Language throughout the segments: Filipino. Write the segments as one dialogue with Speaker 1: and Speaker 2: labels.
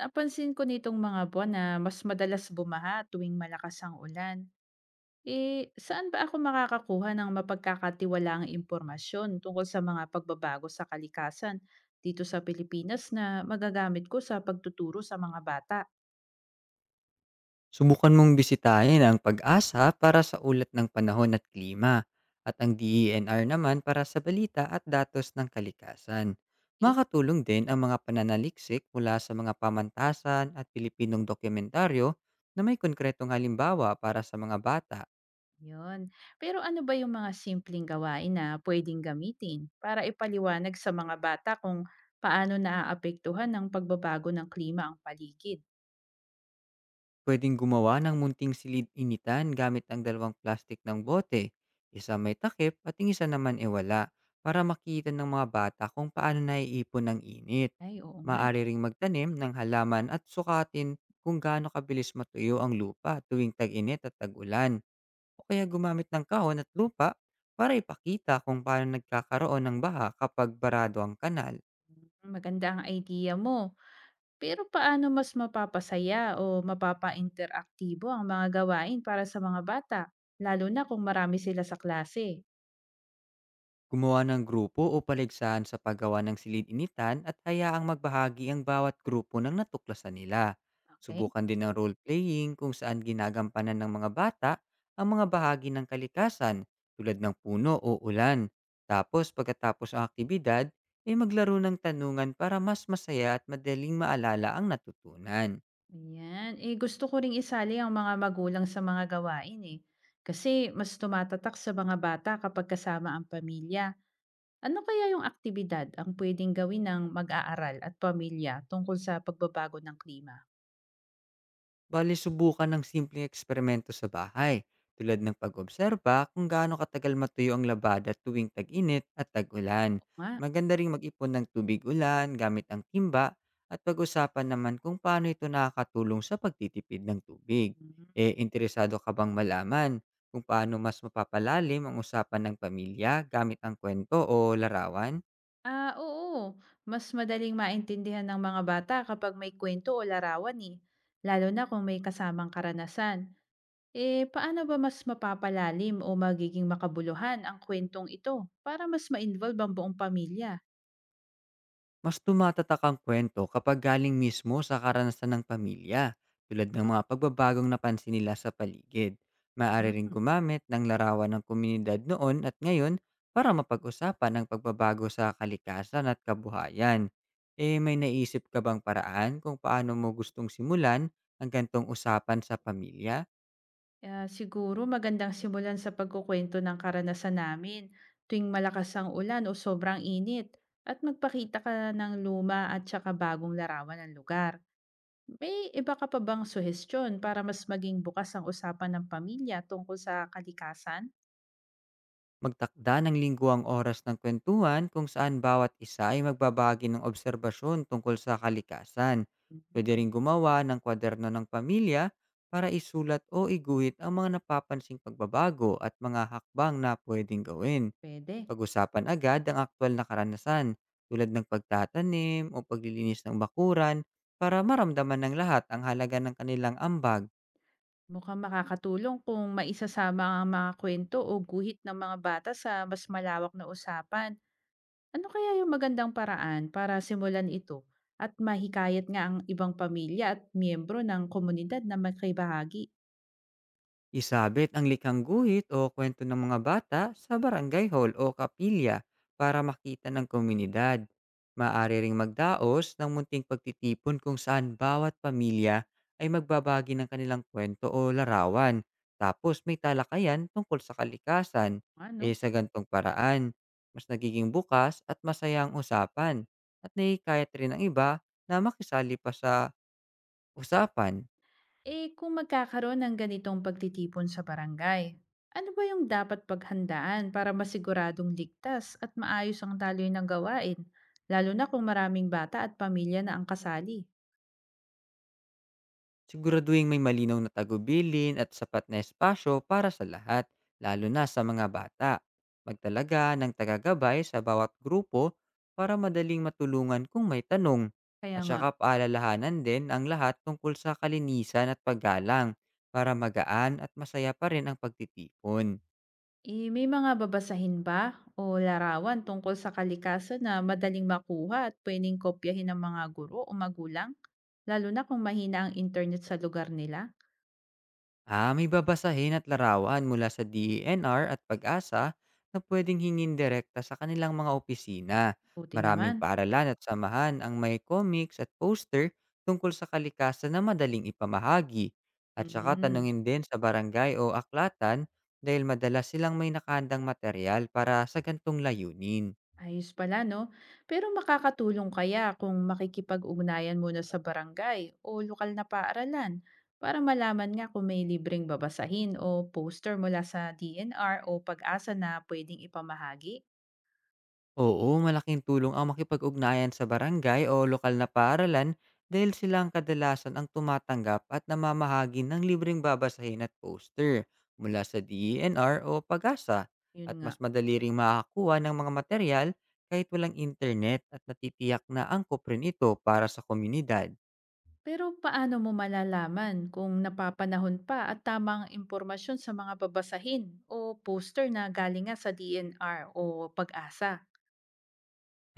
Speaker 1: Napansin ko nitong mga buwan na mas madalas bumaha tuwing malakas ang ulan. Saan ba ako makakakuha ng mapagkakatiwalaang impormasyon tungkol sa mga pagbabago sa kalikasan dito sa Pilipinas na magagamit ko sa pagtuturo sa mga bata?
Speaker 2: Subukan mong bisitahin ang pag-asa para sa ulat ng panahon at klima, at ang DENR naman para sa balita at datos ng kalikasan.
Speaker 1: Eh,
Speaker 2: Makatulong din ang mga pananaliksik mula sa mga pamantasan at Pilipinong dokumentaryo na may konkretong halimbawa para sa mga bata.
Speaker 1: yun. Pero ano ba yung mga simpleng gawain na pwedeng gamitin para ipaliwanag sa mga bata kung paano naaapektuhan ng pagbabago ng klima ang paligid?
Speaker 2: Pwedeng gumawa ng munting silid-initan gamit ang dalawang plastik ng bote. Isa may takip at yung isa naman e wala, para makita ng mga bata kung paano naiipon ng init.
Speaker 1: Ay, oo nga.
Speaker 2: Maaari ring magtanim ng halaman at sukatin kung gaano kabilis matuyo ang lupa tuwing tag-init at tag-ulan. O kaya gumamit ng kahon at lupa para ipakita kung paano nagkakaroon ng baha kapag barado ang kanal.
Speaker 1: Mm, Maganda ang idea mo. Pero paano mas mapapasaya o mapapainteraktibo ang mga gawain para sa mga bata, lalo na kung marami sila sa klase?
Speaker 2: Gumawa ng grupo o paligsahan sa paggawa ng silid-initan at hayaang magbahagi ang bawat grupo ng natuklasan nila.
Speaker 1: Okay?
Speaker 2: Subukan din ang role-playing kung saan ginagampanan ng mga bata ang mga bahagi ng kalikasan, tulad ng puno o ulan. Tapos pagkatapos ang aktibidad, ay maglaro ng tanungan para mas masaya at madaling maalala ang natutunan.
Speaker 1: Ayan. Gusto ko ring isali ang mga magulang sa mga gawain, kasi mas tumatatak sa mga bata kapag kasama ang pamilya. Ano kaya yung aktibidad ang pwedeng gawin ng mag-aaral at pamilya tungkol sa pagbabago ng klima?
Speaker 2: Bali, subukan ng simpleng eksperimento sa bahay, tulad ng pag-obserba kung gaano katagal matuyo ang labada tuwing tag-init at tag-ulan.
Speaker 1: Oo nga.
Speaker 2: Maganda ring mag-ipon ng tubig-ulan gamit ang timba at pag-usapan naman kung paano ito nakakatulong sa pagtitipid ng tubig.
Speaker 1: Hmm.
Speaker 2: Eh, interesado ka bang malaman kung paano mas mapapalalim ang usapan ng pamilya gamit ang kwento o larawan?
Speaker 1: Ah, oo. Mas madaling maintindihan ng mga bata kapag may kwento o larawan eh. Lalo na kung may kasamang karanasan. Paano ba mas mapapalalim o magiging makabuluhan ang kwentong ito para mas ma-involve ang buong pamilya?
Speaker 2: Mas tumatatak ang kwento kapag galing mismo sa karanasan ng pamilya, tulad ng mga pagbabagong napansin nila sa paligid. Maaari ring
Speaker 1: Mm.
Speaker 2: gumamit ng larawan ng komunidad noon at ngayon para mapag-usapan ang pagbabago sa kalikasan at kabuhayan. Eh, may naisip ka bang paraan kung paano mo gustong simulan ang gantong usapan sa pamilya?
Speaker 1: Ah, siguro magandang simulan sa pagkukwento ng karanasan namin tuwing malakas ang ulan o sobrang init at magpakita ka ng luma at saka bagong larawan ng lugar. May iba ka pa bang suhestyon para mas maging bukas ang usapan ng pamilya tungkol sa kalikasan?
Speaker 2: Magtakda ng lingguang oras ng kwentuhan kung saan bawat isa ay magbabahagi ng obserbasyon tungkol sa kalikasan. Pwede
Speaker 1: Mm,
Speaker 2: rin gumawa ng kwaderno ng pamilya para isulat o iguhit ang mga napapansing pagbabago at mga hakbang na pwedeng gawin.
Speaker 1: pwede.
Speaker 2: Pag-usapan agad ang aktwal na karanasan, tulad ng pagtatanim o paglilinis ng bakuran, para maramdaman ng lahat ang halaga ng kanilang ambag.
Speaker 1: Mukhang makakatulong kung maisasama ang mga kwento o guhit ng mga bata sa mas malawak na usapan. Ano kaya yung magandang paraan para simulan ito at mahikayat nga ang ibang pamilya at miyembro ng komunidad na magkaibahagi?
Speaker 2: Isabit ang likhang guhit o kwento ng mga bata sa barangay hall o kapilya para makita ng komunidad. Maaari ring magdaos ng munting pagtitipon kung saan bawat pamilya ay magbabagi ng kanilang kwento o larawan. Tapos may talakayan tungkol sa kalikasan.
Speaker 1: Ano?
Speaker 2: Eh sa gantong paraan, mas nagiging bukas at masaya ang usapan, at naikayat rin ang iba na makisali pa sa usapan.
Speaker 1: Kung magkakaroon ng ganitong pagtitipon sa barangay, ano ba yung dapat paghandaan para masiguradong ligtas at maayos ang daloy ng gawain, lalo na kung maraming bata at pamilya na ang kasali?
Speaker 2: Siguraduhing may malinaw na tagubilin at sapat na espasyo para sa lahat, lalo na sa mga bata. Magtalaga ng tagagabay sa bawat grupo para madaling matulungan kung may tanong.
Speaker 1: Kaya
Speaker 2: At
Speaker 1: nga,
Speaker 2: saka paalalahanan din ang lahat tungkol sa kalinisan at paggalang para magaan at masaya pa rin ang pagtitipon.
Speaker 1: may mga babasahin ba o larawan tungkol sa kalikasan na madaling makuha at pwedeng kopyahin ng mga guro o magulang, lalo na kung mahina ang internet sa lugar nila?
Speaker 2: Ah, may babasahin at larawan mula sa DENR at pag-asa na pwedeng hingin direkta sa kanilang mga opisina.
Speaker 1: Buti
Speaker 2: Maraming
Speaker 1: naman.
Speaker 2: paaralan at samahan ang may comics at poster tungkol sa kalikasan na madaling ipamahagi. At saka
Speaker 1: Mm.
Speaker 2: tanungin din sa barangay o aklatan, dahil madalas silang may nakahandang material para sa gantong layunin.
Speaker 1: Ayos pala, no? Pero makakatulong kaya kung makikipag-ugnayan muna sa barangay o lokal na paaralan para malaman nga kung may libreng babasahin o poster mula sa D N r o pag-asa na pwedeng ipamahagi?
Speaker 2: Oo, malaking tulong ang makipag-ugnayan sa barangay o lokal na paaralan, dahil sila ang kadalasan ang tumatanggap at namamahagi ng libreng babasahin at poster mula sa DENR o pagasa,
Speaker 1: Yun
Speaker 2: at
Speaker 1: nga.
Speaker 2: mas madali ring makakuha ng mga material kahit walang internet at natitiyak na angkop rin ito para sa komunidad.
Speaker 1: Pero paano mo malalaman kung napapanahon pa at tamang impormasyon sa mga babasahin o poster na galing nga sa D N r o pag-asa?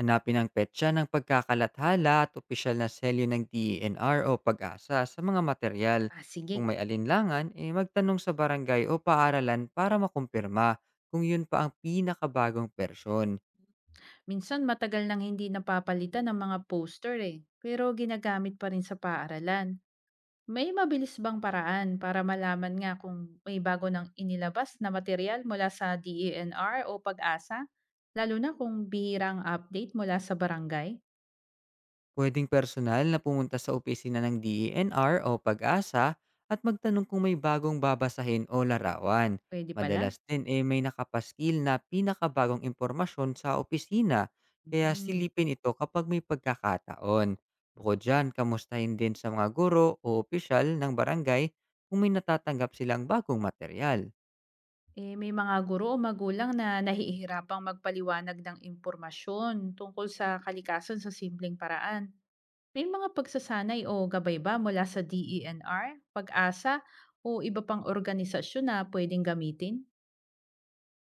Speaker 2: Hanapin ang petsa ng pagkakalathala at opisyal na selyo ng DENR o pag-asa sa mga material.
Speaker 1: Ah,
Speaker 2: Kung
Speaker 1: sige.
Speaker 2: may alinlangan, eh magtanong sa barangay o paaralan para makumpirma kung yun pa ang pinakabagong persyon.
Speaker 1: Minsan matagal nang hindi napapalitan ng mga poster eh, pero ginagamit pa rin sa paaralan. May mabilis bang paraan para malaman nga kung may bago nang inilabas na material mula sa DENR o pag-asa? Lalo na kung bihirang update mula sa barangay?
Speaker 2: Pwedeng personal na pumunta sa opisina ng DENR o pag-asa at magtanong kung may bagong babasahin o larawan.
Speaker 1: Pwede
Speaker 2: Madalas
Speaker 1: pala.
Speaker 2: din eh may nakapaskil na pinakabagong impormasyon sa opisina, kaya
Speaker 1: Mhm.
Speaker 2: silipin ito kapag may pagkakataon. Bukod dyan, kamustahin din sa mga guro o opisyal ng barangay kung may natatanggap silang bagong material.
Speaker 1: May mga guro o magulang na nahihirapang magpaliwanag ng impormasyon tungkol sa kalikasan sa simpleng paraan. May mga pagsasanay o gabay ba mula sa DENR, pag-asa, o iba pang organisasyon na pwedeng gamitin?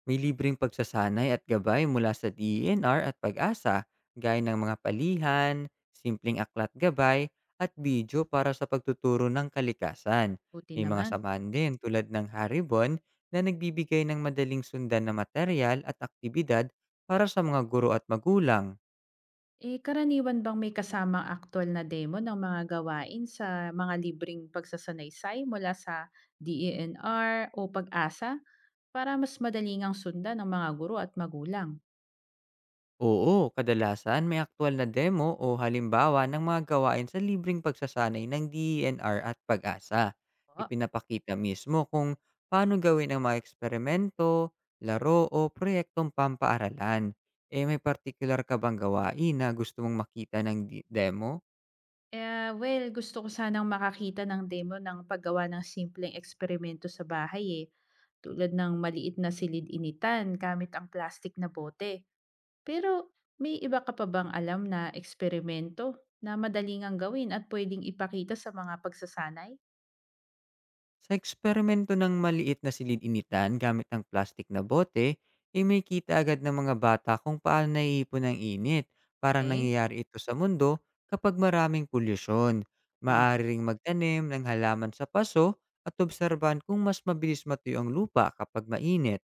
Speaker 2: May libreng pagsasanay at gabay mula sa DENR at pag-asa, gaya ng mga palihan, simpleng aklat gabay, at video para sa pagtuturo ng kalikasan.
Speaker 1: Buti
Speaker 2: May mga
Speaker 1: naman.
Speaker 2: samahan din tulad ng Haribon na nagbibigay ng madaling sundan na material at aktibidad para sa mga guro at magulang.
Speaker 1: Karaniwan bang may kasamang aktual na demo ng mga gawain sa mga libreng pagsasanaysay mula sa DENR o pag-asa para mas madaling ang sundan ng mga guro at magulang?
Speaker 2: Oo, kadalasan may aktwal na demo o halimbawa ng mga gawain sa libreng pagsasanay ng DENR at pag-asa. Ipinapakita mismo kung paano gawin ang mga eksperimento, laro o proyektong pampaaralan. Eh may particular ka bang gawain na gusto mong makita ng demo?
Speaker 1: Gusto ko sanang makakita ng demo ng paggawa ng simpleng eksperimento sa bahay eh. Tulad ng maliit na silid-initan gamit ang plastic na bote. Pero may iba ka pa bang alam na eksperimento na madaling ang gawin at pwedeng ipakita sa mga pagsasanay?
Speaker 2: Sa eksperimento ng maliit na silid-initan gamit ng plastik na bote, eh may kita agad ng mga bata kung paano naiipon ang init. Parang
Speaker 1: Okay.
Speaker 2: nangyayari ito sa mundo kapag maraming polusyon.
Speaker 1: Nga.
Speaker 2: Maaari ring magtanim ng halaman sa paso at obserban kung mas mabilis matuyo ang lupa kapag mainit.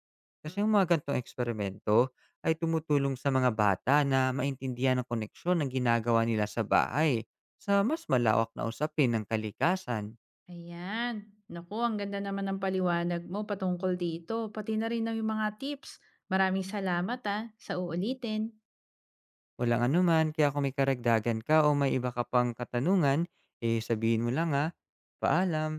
Speaker 1: Mm.
Speaker 2: Kasi ang mga gantong eksperimento ay tumutulong sa mga bata na maintindihan ang koneksyon ng ginagawa nila sa bahay sa mas malawak na usapin ng kalikasan.
Speaker 1: Ayan. Naku, ang ganda naman ng paliwanag mo patungkol dito. Pati na rin ng mga tips. Maraming salamat ah, sa uulitin.
Speaker 2: Walang anuman, kaya kung may karagdagan ka o may iba ka pang katanungan, eh, sabihin mo lang, ah. Paalam.